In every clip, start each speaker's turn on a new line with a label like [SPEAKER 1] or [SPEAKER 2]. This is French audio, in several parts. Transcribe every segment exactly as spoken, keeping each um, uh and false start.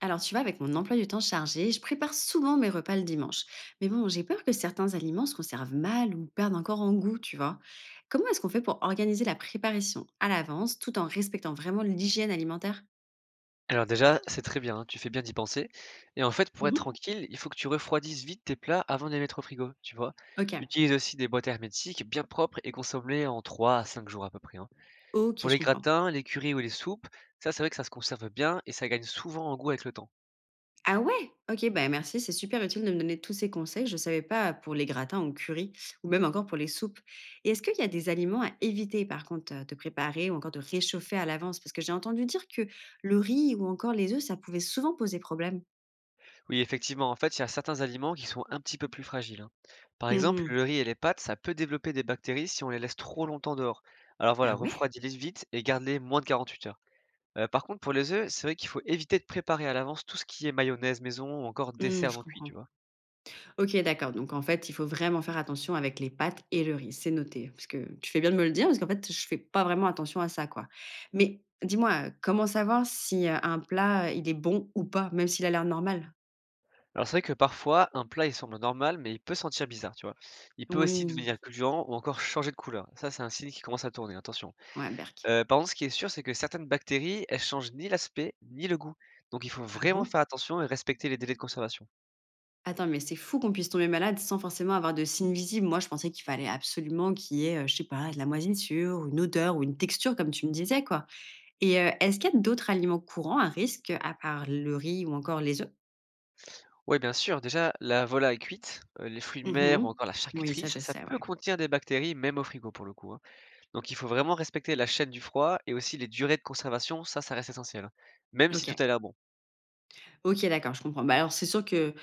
[SPEAKER 1] Alors tu vois, avec mon emploi du temps chargé, je prépare souvent mes repas le dimanche. Mais bon, j'ai peur que certains aliments se conservent mal ou perdent encore en goût, tu vois. Comment est-ce qu'on fait pour organiser la préparation à l'avance tout en respectant vraiment l'hygiène alimentaire?
[SPEAKER 2] Alors déjà, c'est très bien, hein, tu fais bien d'y penser et en fait, pour être
[SPEAKER 1] Mhm.
[SPEAKER 2] tranquille, il faut que tu refroidisses vite tes plats avant de les mettre au frigo, tu vois?
[SPEAKER 1] Ok,
[SPEAKER 2] Utilise aussi des boîtes hermétiques bien propres et consomme-les en trois à cinq jours à peu près, hein.
[SPEAKER 1] ok,
[SPEAKER 2] Pour
[SPEAKER 1] je
[SPEAKER 2] les
[SPEAKER 1] comprends.
[SPEAKER 2] gratins, les currys ou les soupes, ça, c'est vrai que ça se conserve bien et ça gagne souvent en goût avec le temps.
[SPEAKER 1] Ah ouais? OK, bah, merci, c'est super utile de me donner tous ces conseils. Je ne savais pas pour les gratins au curry ou même encore pour les soupes. Et est-ce qu'il y a des aliments à éviter par contre, heu, de préparer ou encore de réchauffer à l'avance? Parce que j'ai entendu dire que le riz ou encore les œufs, ça pouvait souvent poser problème.
[SPEAKER 2] Oui, effectivement, en fait, il y a certains aliments qui sont un petit peu plus fragiles, hein. Par exemple,
[SPEAKER 1] Mmh.
[SPEAKER 2] le riz et les pâtes, ça peut développer des bactéries si on les laisse trop longtemps dehors. Alors
[SPEAKER 1] Ah
[SPEAKER 2] voilà,
[SPEAKER 1] ouais?
[SPEAKER 2] refroidis-les vite et garde-les moins de quarante-huit heures. Heu, par contre, pour les œufs, c'est vrai qu'il faut éviter de préparer à l'avance tout ce qui est mayonnaise maison ou encore
[SPEAKER 1] Mmh,
[SPEAKER 2] dessert
[SPEAKER 1] je
[SPEAKER 2] non cuit, tu
[SPEAKER 1] comprends.
[SPEAKER 2] vois?
[SPEAKER 1] OK, d'accord. Donc en fait, il faut vraiment faire attention avec les pâtes et le riz. C'est noté. Parce que tu fais bien de me le dire, parce qu'en fait, je fais pas vraiment attention à ça, quoi. Mais dis-moi, comment savoir si euh, un plat, euh, il est bon ou pas, même s'il a l'air normal?
[SPEAKER 2] Alors c'est vrai que parfois, un plat, il semble normal, mais il peut sentir bizarre, tu vois? Il peut aussi
[SPEAKER 1] Oui.
[SPEAKER 2] devenir gluant ou encore changer de couleur. Ça, c'est un signe qui commence à tourner, attention.
[SPEAKER 1] Ouais, berk.
[SPEAKER 2] Heu, par contre, ce qui est sûr, c'est que certaines bactéries, elles changent ni l'aspect, ni le goût. Donc il faut
[SPEAKER 1] Ah
[SPEAKER 2] vraiment
[SPEAKER 1] bon?
[SPEAKER 2] faire attention et respecter les délais de conservation.
[SPEAKER 1] Attends, mais c'est fou qu'on puisse tomber malade sans forcément avoir de signes visibles. Moi, je pensais qu'il fallait absolument qu'il y ait, euh, je sais pas, de la moisissure, ou une odeur ou une texture, comme tu me disais, quoi. Et euh, est-ce qu'il y a d'autres aliments courants à risque à part le riz ou encore les œufs?
[SPEAKER 2] Oui, bien sûr, déjà, la volaille cuite, heu, les fruits de
[SPEAKER 1] Mmh
[SPEAKER 2] mer ou
[SPEAKER 1] mh.
[SPEAKER 2] encore la
[SPEAKER 1] Oui, ça
[SPEAKER 2] charcuterie, ça
[SPEAKER 1] je
[SPEAKER 2] ça
[SPEAKER 1] sais,
[SPEAKER 2] peut
[SPEAKER 1] ouais.
[SPEAKER 2] contenir des bactéries, même au frigo, pour le coup, hein. Donc il faut vraiment respecter la chaîne du froid et aussi les durées de conservation, ça, ça reste essentiel, hein, même si tout
[SPEAKER 1] OK.
[SPEAKER 2] a l'air bon.
[SPEAKER 1] OK, d'accord, je comprends. Bah, alors c'est sûr que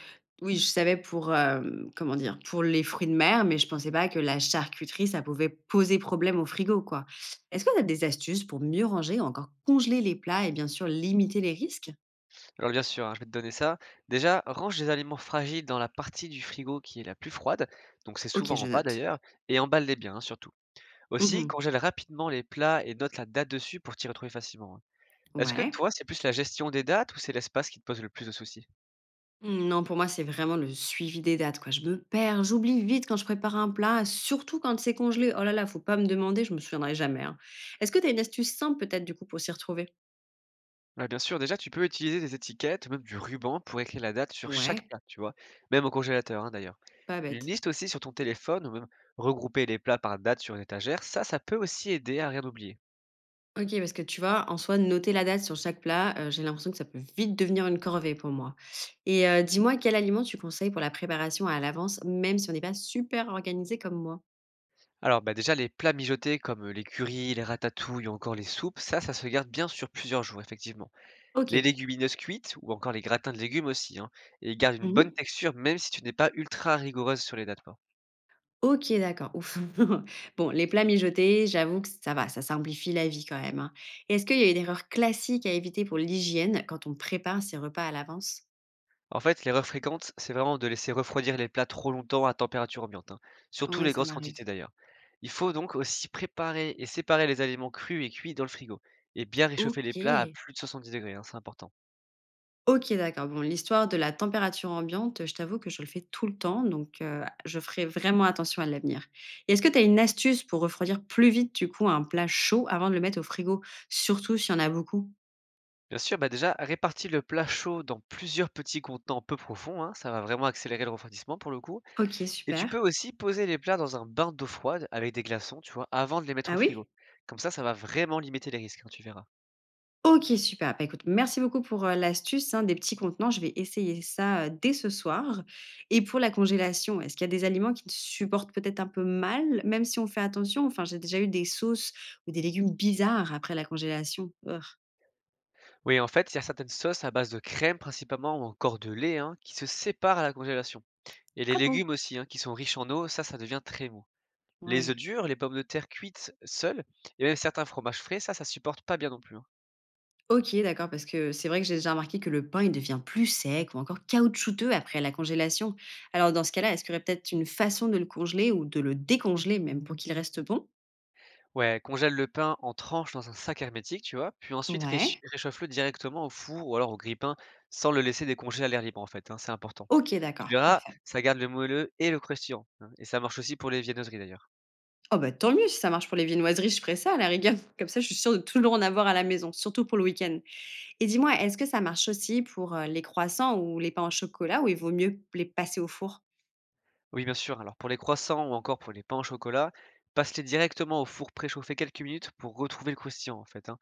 [SPEAKER 1] oui, je savais pour, hem, comment dire? Pour les fruits de mer, mais je pensais pas que la charcuterie, ça pouvait poser problème au frigo, quoi. Est-ce que tu as des astuces pour mieux ranger ou encore congeler les plats et bien sûr limiter les risques?
[SPEAKER 2] Alors bien sûr, hein, je vais te donner ça. Déjà, range les aliments fragiles dans la partie du frigo qui est la plus froide, donc c'est
[SPEAKER 1] OK,
[SPEAKER 2] souvent
[SPEAKER 1] je
[SPEAKER 2] en bas
[SPEAKER 1] note.
[SPEAKER 2] d'ailleurs, et emballe-les bien, hein, surtout.
[SPEAKER 1] Mmh
[SPEAKER 2] Aussi,
[SPEAKER 1] mh.
[SPEAKER 2] congèle rapidement les plats et note la date dessus pour t'y retrouver facilement, hein. Est-ce que
[SPEAKER 1] Ouais.
[SPEAKER 2] toi, c'est plus la gestion des dates ou c'est l'espace qui te pose le plus de soucis?
[SPEAKER 1] Mmh, non, pour moi, c'est vraiment le suivi des dates, quoi. Je me perds, j'oublie vite quand je prépare un plat, surtout quand c'est congelé. Oh là là, faut pas me demander, je me souviendrai jamais, hein. Est-ce que tu as une astuce simple peut-être du coup pour s'y retrouver?
[SPEAKER 2] Ouais, bien sûr, déjà, tu peux utiliser des étiquettes, même du ruban pour écrire la date sur chaque
[SPEAKER 1] Ouais,
[SPEAKER 2] plat, tu vois, même au congélateur, hein, d'ailleurs.
[SPEAKER 1] pas
[SPEAKER 2] Une
[SPEAKER 1] bête.
[SPEAKER 2] liste aussi sur ton téléphone ou même regrouper les plats par date sur une étagère, ça, ça peut aussi aider à rien oublier.
[SPEAKER 1] OK, parce que tu vois, en soi, noter la date sur chaque plat, heu, j'ai l'impression que ça peut vite devenir une corvée pour moi. Et heu, dis-moi quel aliment tu conseilles pour la préparation à l'avance, même si on n'est pas super organisé comme moi?
[SPEAKER 2] Alors bah déjà les plats mijotés comme les currys, les ratatouilles ou encore les soupes, ça, ça se garde bien sur plusieurs jours effectivement. Les
[SPEAKER 1] OK.
[SPEAKER 2] légumineuses cuites ou encore les gratins de légumes aussi, hein, et ils gardent une
[SPEAKER 1] Mmh.
[SPEAKER 2] bonne texture même si tu n'es pas ultra rigoureuse sur les dates.
[SPEAKER 1] OK, d'accord. Ouf. Bon, les plats mijotés, j'avoue que ça va, ça simplifie la vie quand même, hein. Est-ce qu'il y a une erreur classique à éviter pour l'hygiène quand on prépare ses repas à l'avance?
[SPEAKER 2] En fait, l'erreur fréquente, c'est vraiment de laisser refroidir les plats trop longtemps à température ambiante, hein, surtout
[SPEAKER 1] Ouais,
[SPEAKER 2] les
[SPEAKER 1] ça
[SPEAKER 2] grosses
[SPEAKER 1] m'arrive.
[SPEAKER 2] quantités d'ailleurs. Il faut donc aussi préparer et séparer les aliments crus et cuits dans le frigo, et bien réchauffer les plats à
[SPEAKER 1] OK.
[SPEAKER 2] plus de soixante-dix degrés, hein, c'est important.
[SPEAKER 1] OK, d'accord. Bon, l'histoire de la température ambiante, je t'avoue que je le fais tout le temps, donc heu, je ferai vraiment attention à l'avenir. Et est-ce que tu as une astuce pour refroidir plus vite, du coup, un plat chaud avant de le mettre au frigo, surtout s'il y en a beaucoup?
[SPEAKER 2] Bien sûr, bah déjà, répartis le plat chaud dans plusieurs petits contenants peu profonds, hein, ça va vraiment accélérer le refroidissement pour le coup.
[SPEAKER 1] OK,
[SPEAKER 2] Et tu peux
[SPEAKER 1] super.
[SPEAKER 2] aussi poser les plats dans un bain d'eau froide avec des glaçons, tu vois, avant de les mettre
[SPEAKER 1] Ah
[SPEAKER 2] au frigo.
[SPEAKER 1] oui?
[SPEAKER 2] Comme ça, ça va vraiment limiter les risques, hein, tu verras.
[SPEAKER 1] OK, super. Bah, écoute, merci beaucoup pour, heu, l'astuce, hein, des petits contenants. Je vais essayer ça, heu, dès ce soir. Et pour la congélation, est-ce qu'il y a des aliments qui supportent peut-être un peu mal, même si on fait attention? Enfin, j'ai déjà eu des sauces ou des légumes bizarres après la congélation. Ugh.
[SPEAKER 2] Oui, en fait, il y a certaines sauces à base de crème principalement ou encore de lait, hein, qui se séparent à la congélation. Et les
[SPEAKER 1] Ah bon?
[SPEAKER 2] légumes aussi, hein, qui sont riches en eau, ça, ça devient très mou. Les œufs
[SPEAKER 1] Ouais.
[SPEAKER 2] durs, les pommes de terre cuites seules, et même certains fromages frais, ça, ça supporte pas bien non plus, hein.
[SPEAKER 1] OK, d'accord, parce que c'est vrai que j'ai déjà remarqué que le pain, il devient plus sec ou encore caoutchouteux après la congélation. Alors, dans ce cas-là, est-ce qu'il y aurait peut-être une façon de le congeler ou de le décongeler même pour qu'il reste bon?
[SPEAKER 2] Ouais, congèle le pain en tranches dans un sac hermétique, tu vois, puis ensuite réch-
[SPEAKER 1] Ouais.
[SPEAKER 2] réchauffe-le directement au four ou alors au grille-pain sans le laisser décongeler à l'air libre en fait, hein, c'est important.
[SPEAKER 1] Ok,
[SPEAKER 2] Tu
[SPEAKER 1] d'accord,
[SPEAKER 2] verras,
[SPEAKER 1] parfait.
[SPEAKER 2] ça garde le moelleux et le croustillant, hein, et ça marche aussi pour les viennoiseries d'ailleurs.
[SPEAKER 1] Oh bah tant mieux si ça marche pour les viennoiseries, je ferai ça à la rigueur. Comme ça, je suis sûre de toujours en avoir à la maison, surtout pour le week-end. Et dis-moi, est-ce que ça marche aussi pour euh, les croissants ou les pains au chocolat ou il vaut mieux les passer au four?
[SPEAKER 2] Oui, bien sûr, alors pour les croissants ou encore pour les pains au chocolat, passe-les directement au four préchauffé quelques minutes pour retrouver le croustillant en fait, hein.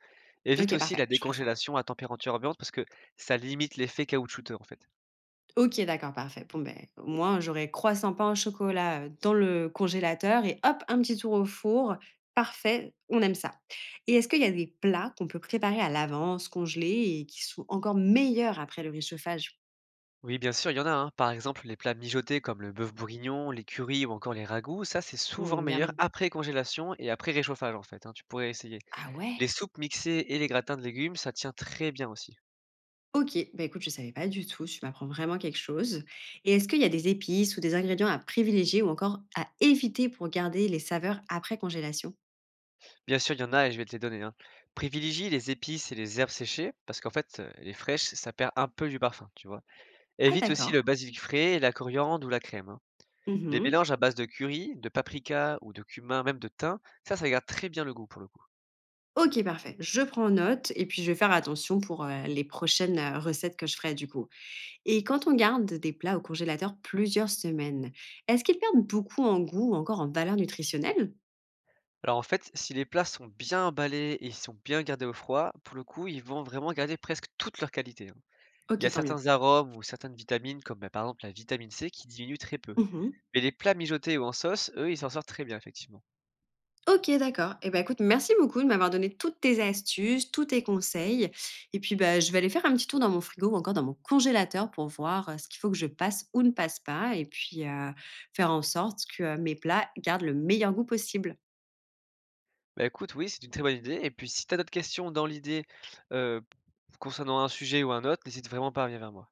[SPEAKER 2] Évite
[SPEAKER 1] Ok,
[SPEAKER 2] aussi
[SPEAKER 1] parfait,
[SPEAKER 2] la
[SPEAKER 1] je ferai ça.
[SPEAKER 2] décongélation à température ambiante parce que ça limite l'effet caoutchouteux en fait.
[SPEAKER 1] OK, d'accord, parfait. Bon, ben au moins, j'aurai croissant, pain au chocolat, heu, dans le congélateur et hop, un petit tour au four, parfait, on aime ça. Et est-ce qu'il y a des plats qu'on peut préparer à l'avance, congelés et qui sont encore meilleurs après le réchauffage?
[SPEAKER 2] Oui, bien sûr, il y en a, hein. Par exemple, les plats mijotés comme le bœuf bourguignon, les currys ou encore les ragoûts, ça c'est
[SPEAKER 1] Mmh,
[SPEAKER 2] souvent
[SPEAKER 1] miam.
[SPEAKER 2] meilleur après congélation et après réchauffage en fait, hein, tu pourrais essayer.
[SPEAKER 1] Ah
[SPEAKER 2] Les
[SPEAKER 1] ouais?
[SPEAKER 2] soupes mixées et les gratins de légumes, ça tient très bien aussi.
[SPEAKER 1] OK, bah, écoute, je savais pas du tout, tu m'apprends vraiment quelque chose. Et est-ce qu'il y a des épices ou des ingrédients à privilégier ou encore à éviter pour garder les saveurs après congélation?
[SPEAKER 2] Bien sûr, il y en a et je vais te les donner, hein. Privilégie les épices et les herbes séchées parce qu'en fait, euh, les fraîches, ça perd un peu du parfum, tu vois.
[SPEAKER 1] Ah
[SPEAKER 2] Évite aussi le
[SPEAKER 1] d'accord.
[SPEAKER 2] basilic frais, la coriandre ou la crème, hein. Les
[SPEAKER 1] Mmh.
[SPEAKER 2] mélanges à base de curry, de paprika ou de cumin, même de thym, ça, ça garde très bien le goût pour le coup.
[SPEAKER 1] OK, parfait. Je prends note et puis je vais faire attention pour, heu, les prochaines, heu, recettes que je ferai du coup. Et quand on garde des plats au congélateur plusieurs semaines, est-ce qu'ils perdent beaucoup en goût ou encore en valeur nutritionnelle?
[SPEAKER 2] Alors en fait, si les plats sont bien emballés et ils sont bien gardés au froid, pour le coup, ils vont vraiment garder presque toute leur qualité, hein. Il y
[SPEAKER 1] OK,
[SPEAKER 2] a
[SPEAKER 1] tant mieux.
[SPEAKER 2] certains arômes ou certaines vitamines, comme bah, par exemple la vitamine C, qui diminuent très peu.
[SPEAKER 1] Mmh.
[SPEAKER 2] Mais les plats mijotés ou en sauce, eux, ils s'en sortent très bien, effectivement.
[SPEAKER 1] OK, d'accord. Eh ben écoute, merci beaucoup de m'avoir donné toutes tes astuces, tous tes conseils et puis, bah, je vais aller faire un petit tour dans mon frigo ou encore dans mon congélateur pour voir, heu, ce qu'il faut que je passe ou ne passe pas et puis, heu, faire en sorte que, heu, mes plats gardent le meilleur goût possible.
[SPEAKER 2] Bah écoute, oui, c'est une très bonne idée. Et puis si tu as d'autres questions dans l'idée euh, concernant un sujet ou un autre, n'hésite vraiment pas à venir vers moi.